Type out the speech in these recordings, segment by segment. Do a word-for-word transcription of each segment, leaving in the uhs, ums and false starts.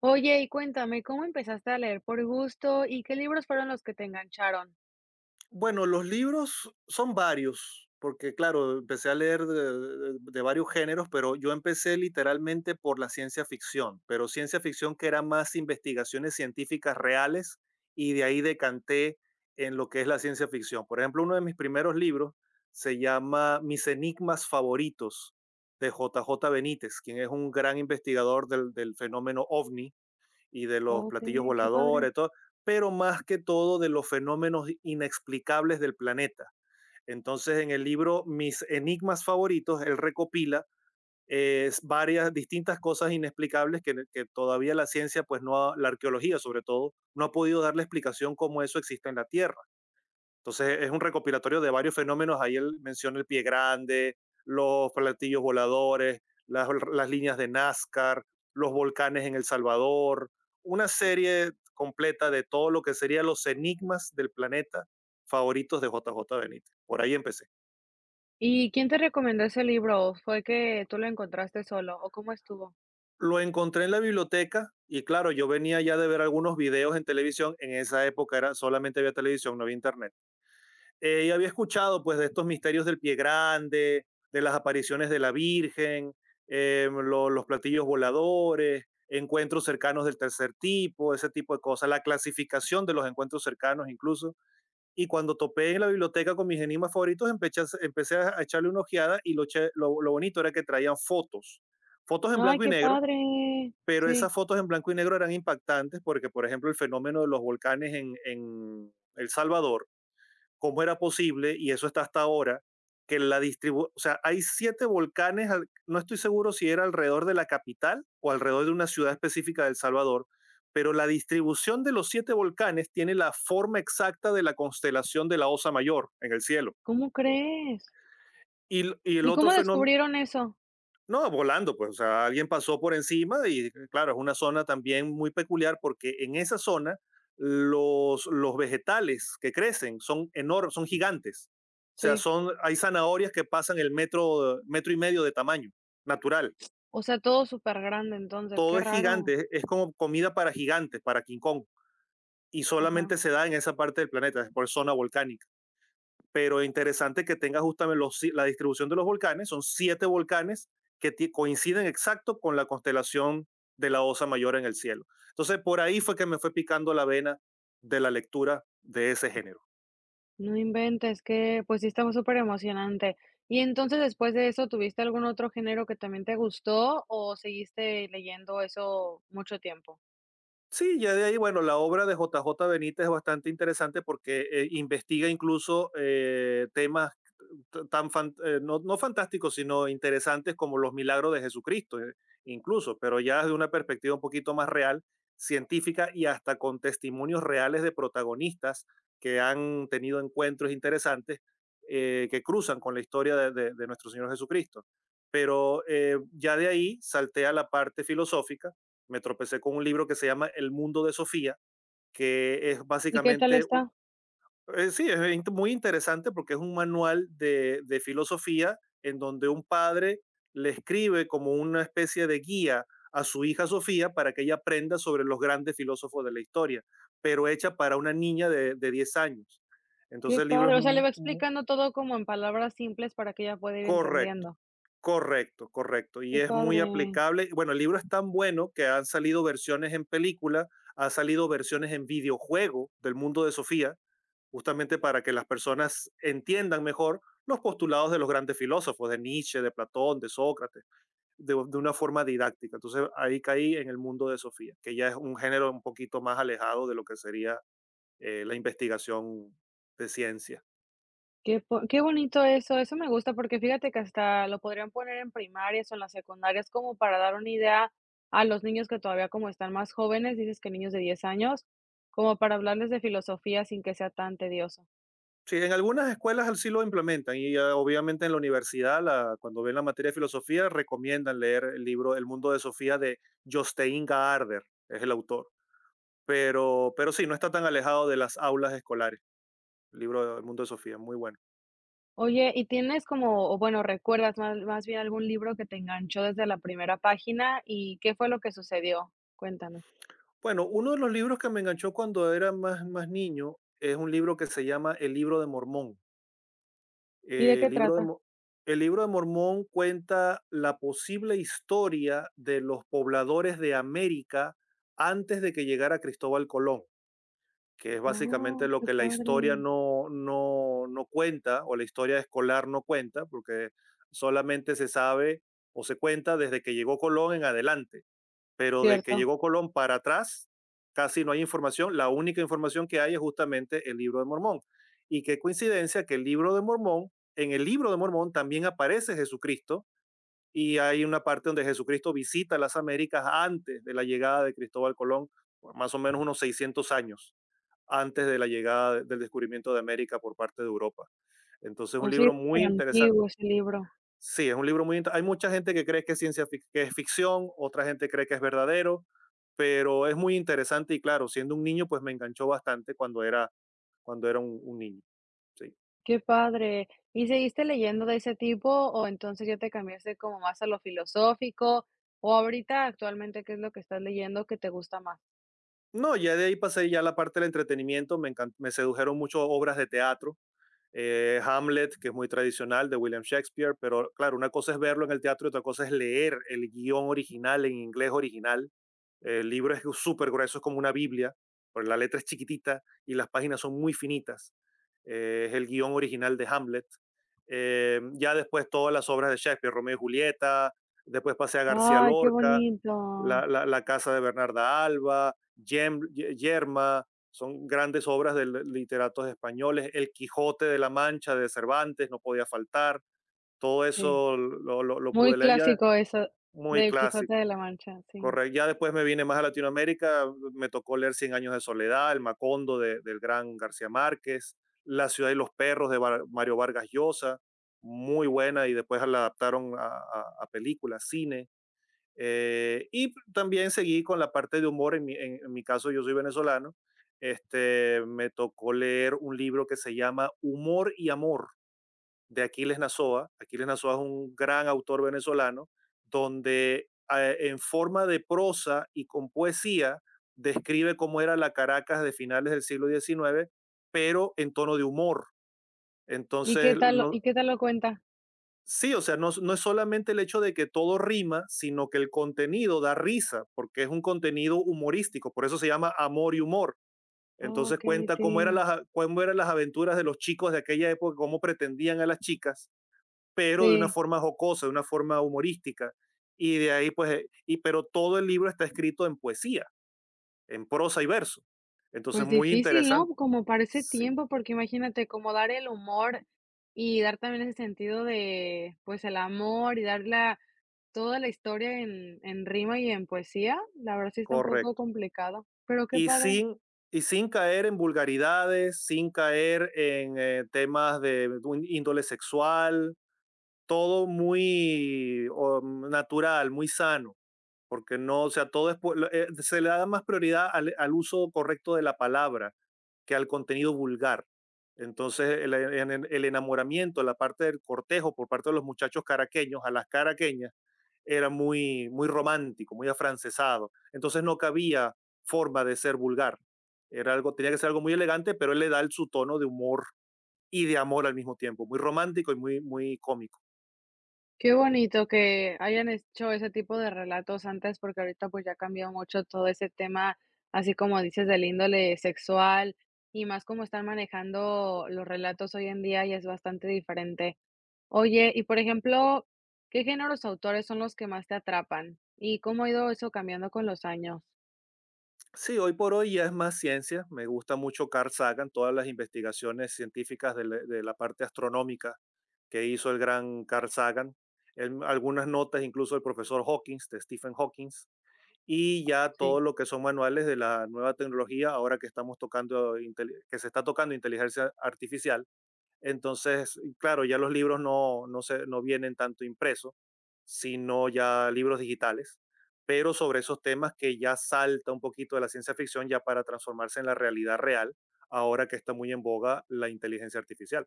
Oye, y cuéntame, ¿cómo empezaste a leer por gusto y qué libros fueron los que te engancharon? Bueno, los libros son varios, porque claro, empecé a leer de, de de varios géneros, pero yo empecé literalmente por la ciencia ficción, pero ciencia ficción que era más investigaciones científicas reales y de ahí decanté en lo que es la ciencia ficción. Por ejemplo, uno de mis primeros libros se llama Mis enigmas favoritos de J. J. Benítez, quien es un gran investigador del, del fenómeno ovni y de los platillos Okey, qué padre. voladores, todo, pero más que todo de los fenómenos inexplicables del planeta. Entonces, en el libro Mis Enigmas Favoritos, él recopila eh, varias distintas cosas inexplicables que, que, todavía la ciencia, pues no ha, la arqueología sobre todo, no ha podido darle explicación cómo eso existe en la Tierra. Entonces es un recopilatorio de varios fenómenos. Ahí él menciona el pie grande, los platillos voladores, las, las líneas de NASCAR, los volcanes en El Salvador, una serie completa de todo lo que serían los enigmas del planeta favoritos de J J Benítez. Por ahí empecé. ¿Y quién te recomendó ese libro? ¿O fue que tú lo encontraste solo o cómo estuvo? Lo encontré en la biblioteca y claro, yo venía ya de ver algunos videos en televisión. En esa época era solamente había televisión, no había internet eh, y había escuchado pues de estos misterios del pie grande, de las apariciones de la Virgen, eh, lo- los platillos voladores, encuentros cercanos del tercer tipo, ese tipo de cosas, la clasificación de los encuentros cercanos incluso. Y cuando topé en la biblioteca con mis enigmas favoritos, empecé a, empecé a echarle una ojeada y lo, che- lo- lo bonito era que traían fotos, fotos en Ay, blanco y qué negro, padre. pero Sí, esas fotos en blanco y negro eran impactantes porque, por ejemplo, el fenómeno de los volcanes en, en El Salvador cómo era posible, y eso está hasta ahora, que la distribu, o sea, hay siete volcanes, al- no estoy seguro si era alrededor de la capital o alrededor de una ciudad específica de El Salvador, pero la distribución de los siete volcanes tiene la forma exacta de la constelación de la Osa Mayor en el cielo. ¿cómo crees? Y, l- y el ¿Y otro cómo fenómeno descubrieron eso? no, volando, pues, o sea, alguien pasó por encima y claro, es una zona también muy peculiar porque en esa zona los, los vegetales que crecen son enormes, son gigantes. O sea, Sí. son, hay zanahorias que pasan el metro, metro y medio de tamaño natural. O sea, todo súper grande. Entonces, qué Todo es raro. gigante, es como comida para gigantes, para King Kong. Y Ajá. solamente se da en esa parte del planeta, es por zona volcánica. Pero interesante que tenga justamente los, si, la distribución de los volcanes. Son siete volcanes que coinciden exacto con la constelación de la Osa Mayor en el cielo. Entonces, por ahí fue que me fue picando la vena de la lectura de ese género. No inventes, que, pues sí estaba súper emocionante. Y entonces, después de eso, ¿tuviste algún otro género que también te gustó o seguiste leyendo eso mucho tiempo? Sí, ya de ahí, bueno, la obra de J J Benítez es bastante interesante porque eh, investiga incluso eh, temas t- tan fan- eh, no, no fantásticos, sino interesantes como los milagros de Jesucristo, eh, incluso, pero ya desde una perspectiva un poquito más real, científica y hasta con testimonios reales de protagonistas que han tenido encuentros interesantes eh, que cruzan con la historia de, de- de nuestro Señor Jesucristo. Pero eh, ya de ahí saltea la parte filosófica, me tropecé con un libro que se llama El mundo de Sofía, que es ¿Y qué tal básicamente, u- está? eh, sí, es in- muy interesante porque es un manual de, de filosofía en donde un padre le escribe como una especie de guía a su hija Sofía para que ella aprenda sobre los grandes filósofos de la historia, pero hecha para una niña de, de diez años. Qué Entonces el libro es padre. O sea, le va mu- mu- explicando todo como en palabras simples para que ella pueda ir Correcto, entendiendo. correcto, correcto. Y Qué es muy padre. aplicable. Bueno, el libro es tan bueno que han salido versiones en película, ha salido versiones en videojuego del mundo de Sofía, justamente para que las personas entiendan mejor los postulados de los grandes filósofos, de Nietzsche, de Platón, de Sócrates, de, de una forma didáctica. Entonces ahí caí en el mundo de Sofía, que ya es un género un poquito más alejado de lo que sería eh, la investigación de ciencia. Qué po qué bonito eso, eso me gusta, porque fíjate que hasta lo podrían poner en primarias o en las secundarias como para dar una idea a los niños que todavía como están más jóvenes, dices que niños de diez años, como para hablarles de filosofía sin que sea tan tedioso. Sí, en algunas escuelas al sí lo implementan y ah, obviamente en la universidad, la- cuando ven la materia de filosofía, recomiendan leer el libro El mundo de Sofía de Jostein Gaarder, es el autor. Pero, pero sí, no está tan alejado de las aulas escolares, el libro El mundo de Sofía, muy bueno. Oye, ¿y tienes como, o bueno, recuerdas más más bien algún libro que te enganchó desde la primera página y qué fue lo que sucedió? Cuéntame. Bueno, uno de los libros que me enganchó cuando era más, más niño es un libro que se llama El libro de Mormón. ¿Y de qué El libro de, trata? Mo- el libro de Mormón cuenta la posible historia de los pobladores de América antes de que llegara Cristóbal Colón, que es básicamente Oh, lo qué que la historia padre. no, no, no cuenta, o la historia escolar no cuenta, porque solamente se sabe o se cuenta desde que llegó Colón en adelante, pero de que Cierto. llegó Colón para atrás, casi no hay información. La única información que hay es justamente el libro de Mormón. Y qué coincidencia que el libro de Mormón, en el libro de Mormón también aparece Jesucristo y hay una parte donde Jesucristo visita las Américas antes de la llegada de Cristóbal Colón, más o menos unos seiscientos años antes de la llegada del descubrimiento de América por parte de Europa. Entonces, O un sí, libro súper muy interesante. antiguo ese libro. Sí, es un libro muy... int- Hay mucha gente que cree que es ciencia fic- que es ficción, otra gente cree que es verdadero, pero es muy interesante y claro, siendo un niño, pues me enganchó bastante cuando era, cuando era un, un niño. Sí. Qué padre. ¿Y seguiste leyendo de ese tipo o entonces ya te cambiaste como más a lo filosófico? ¿O ahorita actualmente qué es lo que estás leyendo que te gusta más? No, ya de ahí pasé ya a la parte del entretenimiento, me, encan- me sedujeron mucho obras de teatro, eh, Hamlet, que es muy tradicional de William Shakespeare, pero claro, una cosa es verlo en el teatro y otra cosa es leer el guión original en inglés original. El libro es súper grueso, es como una Biblia, pero la letra es chiquitita y las páginas son muy finitas. Eh, es el guión original de Hamlet. Eh, ya después todas las obras de Shakespeare, Romeo y Julieta, después pasé a García Ay, qué Lorca, bonito. La, la- la Casa de Bernarda Alba, Yem- Ye- Yerma, son grandes obras de literatos españoles. El Quijote de la Mancha de Cervantes no podía faltar. Todo Sí, eso lo, lo- lo muy pude leer ya. clásico eso Muy del clásico. Quijote de la Mancha, sí. Correcto. Ya después me vine más a Latinoamérica, me tocó leer Cien años de soledad, El Macondo de- del gran García Márquez, La ciudad y los perros de Var- Mario Vargas Llosa, muy buena, y después la adaptaron a, a a películas, cine. Eh, y también seguí con la parte de humor, en mi, en- en mi caso yo soy venezolano, este, me tocó leer un libro que se llama Humor y Amor de Aquiles Nazoa. Aquiles Nazoa es un gran autor venezolano, donde eh, en forma de prosa y con poesía describe cómo era la Caracas de finales del siglo xix, pero en tono de humor. ¿Y qué Entonces, tal lo no, y qué tal lo cuenta? sí, o sea, no, es no es solamente el hecho de que todo rima, sino que el contenido da risa, porque es un contenido humorístico, por eso se llama Amor y Humor. Entonces Okey, cuenta sí, cómo, eran las, a- cómo eran las aventuras de los chicos de aquella época, cómo pretendían a las chicas, pero de una sí. forma jocosa, de una forma humorística. Y de ahí, pues, eh, y, pero todo el libro está escrito en poesía, en prosa y verso. Entonces, Pues muy difícil, ¿no? interesante. Como para ese Sí, tiempo, porque imagínate, como dar el humor y dar también ese sentido de, pues, el amor y dar la toda la historia en en rima y en poesía, la verdad sí está un poco correcto. complicado, pero qué y padre, sin, y sin caer en vulgaridades, sin caer en eh, temas de un índole sexual, todo muy um, natural, muy sano, porque no, o sea, todo es, pu- lo- eh, se le da más prioridad al, al uso correcto de la palabra que al contenido vulgar. Entonces, el, en- en- el enamoramiento, la parte del cortejo por parte de los muchachos caraqueños a las caraqueñas, era muy, muy romántico, muy afrancesado. Entonces no cabía forma de ser vulgar. Era algo, tenía que ser algo muy elegante, pero él le da el, su tono de humor y de amor al mismo tiempo, muy romántico y muy, muy cómico. qué bonito que hayan hecho ese tipo de relatos antes, porque ahorita, pues, ya ha cambiado mucho todo ese tema, así como dices, del índole sexual y más como están manejando los relatos hoy en día, y es bastante diferente. Oye, y por ejemplo, ¿qué géneros o autores son los que más te atrapan? ¿Y cómo ha ido eso cambiando con los años? Sí, hoy por hoy ya es más ciencia. Me gusta mucho Carl Sagan, todas las investigaciones científicas de, la- de la parte astronómica que hizo el gran Carl Sagan. Él- algunas notas, incluso el profesor Hawking, de Stephen Hawking, y ya todo Sí. lo que son manuales de la nueva tecnología, ahora que estamos tocando, intel- que se está tocando inteligencia artificial. Entonces, claro, ya los libros no, no, se, no vienen tanto impresos, sino ya libros digitales, pero sobre esos temas que ya salta un poquito de la ciencia ficción ya para transformarse en la realidad real, ahora que está muy en boga la inteligencia artificial.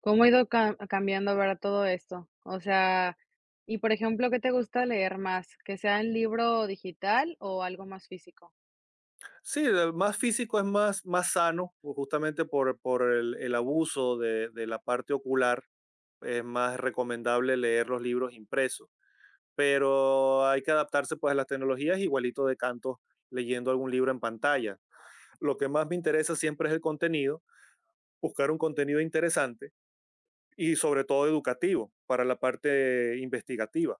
¿Cómo ha ido ca- cambiando, verdad, todo esto? O sea, y por ejemplo, ¿qué te gusta leer más? ¿Que sea en libro digital o algo más físico? Sí, lo más físico es más, más sano, justamente por, por el, el abuso de de la parte ocular es más recomendable leer los libros impresos, pero hay que adaptarse pues a las tecnologías igualito de canto leyendo algún libro en pantalla. Lo que más me interesa siempre es el contenido, buscar un contenido interesante y sobre todo educativo para la parte investigativa.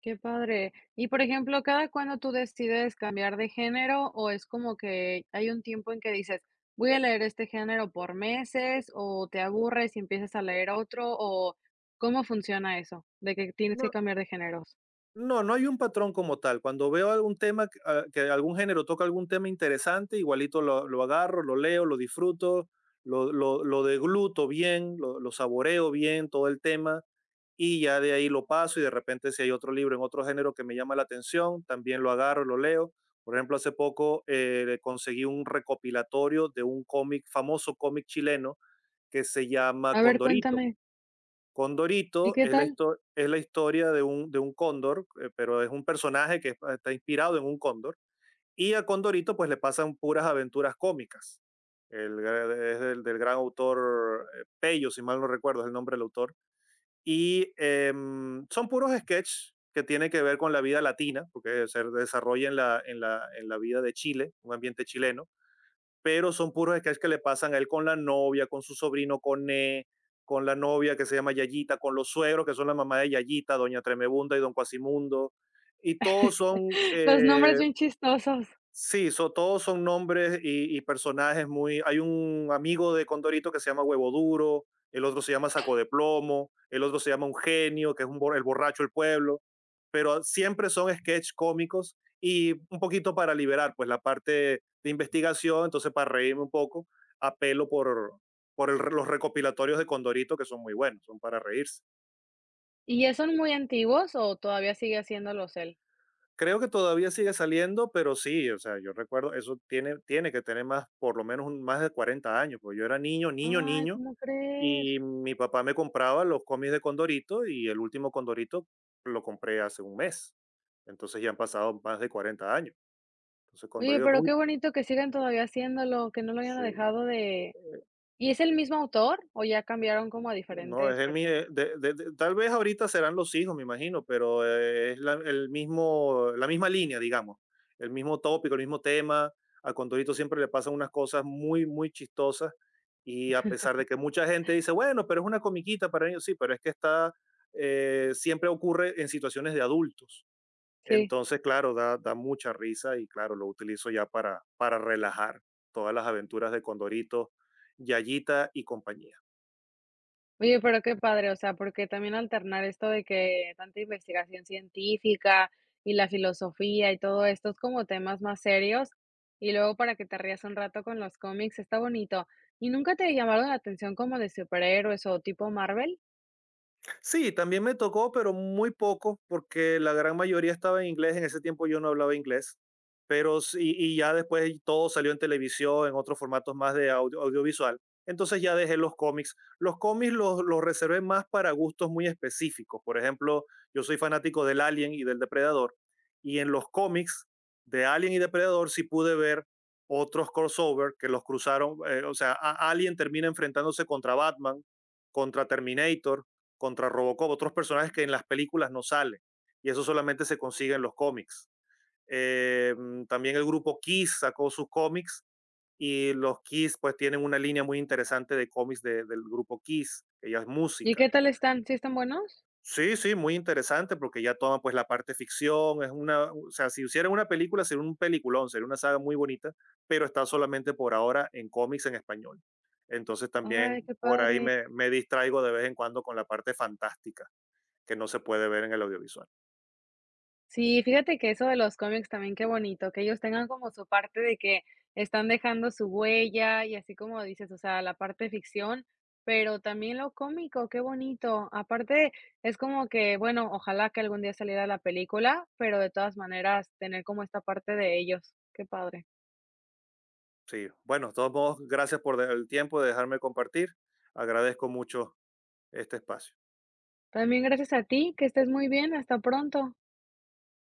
Qué padre. Y por ejemplo, ¿cada cuándo tú decides cambiar de género o es como que hay un tiempo en que dices, voy a leer este género por meses o te aburres y empiezas a leer otro o cómo funciona eso de que tienes que cambiar de géneros? No, no hay un patrón como tal. Cuando veo algún tema, que ah, que algún género toca algún tema interesante, igualito lo, lo agarro, lo leo, lo disfruto, lo, lo, lo degluto bien, lo, lo saboreo bien, todo el tema, y ya de ahí lo paso y de repente si hay otro libro en otro género que me llama la atención, también lo agarro, lo leo. Por ejemplo, hace poco eh, conseguí un recopilatorio de un cómic, famoso cómic chileno, que se llama A ver, Condorito. cuéntame. ¿Y Condorito qué es la, tal? histo- es la historia de un, de un cóndor, eh, pero es un personaje que está inspirado en un cóndor. Y a Condorito pues le pasan puras aventuras cómicas. El gra- es del, del gran autor eh, Pello, si mal no recuerdo es el nombre del autor. Y em, son puros sketches que tienen que ver con la vida latina, porque se desarrolla en la, en la, en la vida de Chile, un ambiente chileno, pero son puros sketches que le pasan a él con la novia, con su sobrino, con E, con la novia que se llama Yayita, con los suegros que son la mamá de Yayita, Doña Tremebunda y Don Cuasimundo. Y todos son Los nombres eh, bien chistosos. sí, so- todos son nombres y, y personajes muy... Hay un amigo de Condorito que se llama Huevo Duro, el otro se llama Saco de Plomo, el otro se llama Un Genio, que es un bor- el borracho del pueblo, pero siempre son sketch cómicos y un poquito para liberar pues la parte de investigación, entonces para reírme un poco, apelo por, por el re- los recopilatorios de Condorito que son muy buenos, son para reírse. ¿Y ya son muy antiguos o todavía sigue haciéndolos él? Creo que todavía sigue saliendo, pero sí, o sea, yo recuerdo, eso tiene, tiene que tener más, por lo menos un- más de cuarenta años, porque yo era niño, niño, Ay, niño, ¿cómo crees? y mi papá me compraba los cómics de Condorito y el último Condorito lo compré hace un mes. Entonces ya han pasado más de cuarenta años. Entonces Oye, Condorito es pero muy... qué bonito que sigan todavía haciéndolo, que no lo hayan Sí. dejado de ¿Y es el mismo autor o ya cambiaron como a No, es diferentes el mi personas? eh, de de de tal vez ahorita serán los hijos, me imagino, pero, eh, es la el mismo la misma línea, digamos, el mismo tópico, el mismo tema. A Condorito siempre le pasan unas cosas muy, muy chistosas, y a pesar de que mucha gente dice: "Bueno, pero es una comiquita para niños", sí, pero es que está, eh, siempre ocurre en situaciones de adultos. Sí. Entonces, claro, da da mucha risa y, claro, lo utilizo ya para para relajar todas las aventuras de Condorito, Yayita y compañía. Oye, pero qué padre, o sea, porque también alternar esto de que tanta investigación científica y la filosofía y todo esto es como temas más serios y luego para que te rías un rato con los cómics, está bonito. ¿Y nunca te llamaron la atención como de superhéroes o tipo Marvel? Sí, también me tocó, pero muy poco, porque la gran mayoría estaba en inglés. En ese tiempo yo no hablaba inglés, pero sí, y ya después todo salió en televisión, en otros formatos más de audio- audiovisual. Entonces ya dejé los cómics. Los cómics los, los reservé más para gustos muy específicos. Por ejemplo, yo soy fanático del Alien y del Depredador. Y en los cómics de Alien y Depredador sí pude ver otros crossover que los cruzaron. Eh, o sea, a- Alien termina enfrentándose contra Batman, contra Terminator, contra Robocop, otros personajes que en las películas no salen y eso solamente se consigue en los cómics. Eh, mm, también el grupo Kiss sacó sus cómics y los Kiss pues tienen una línea muy interesante de cómics de, del grupo Kiss, que ya es ¿Y qué música. tal están? ¿Sí están buenos? Sí, sí, muy interesante porque ya toma pues la parte ficción, es una, o sea, si hicieran una película sería un peliculón, sería una saga muy bonita, pero está solamente por ahora en cómics en español. Entonces Ay, también qué por ahí padre. me, me distraigo de vez en cuando con la parte fantástica que no se puede ver en el audiovisual. Sí, fíjate que eso de los cómics también qué bonito, que ellos tengan como su parte de que están dejando su huella y así como dices, o sea, la parte de ficción, pero también lo cómico, qué bonito. Aparte, es como que, bueno, ojalá que algún día saliera la película, pero de todas maneras tener como esta parte de ellos. Qué padre. Sí, bueno, de todos modos, gracias por de- el tiempo de dejarme compartir. Agradezco mucho este espacio. También gracias a ti, que estés muy bien, hasta pronto.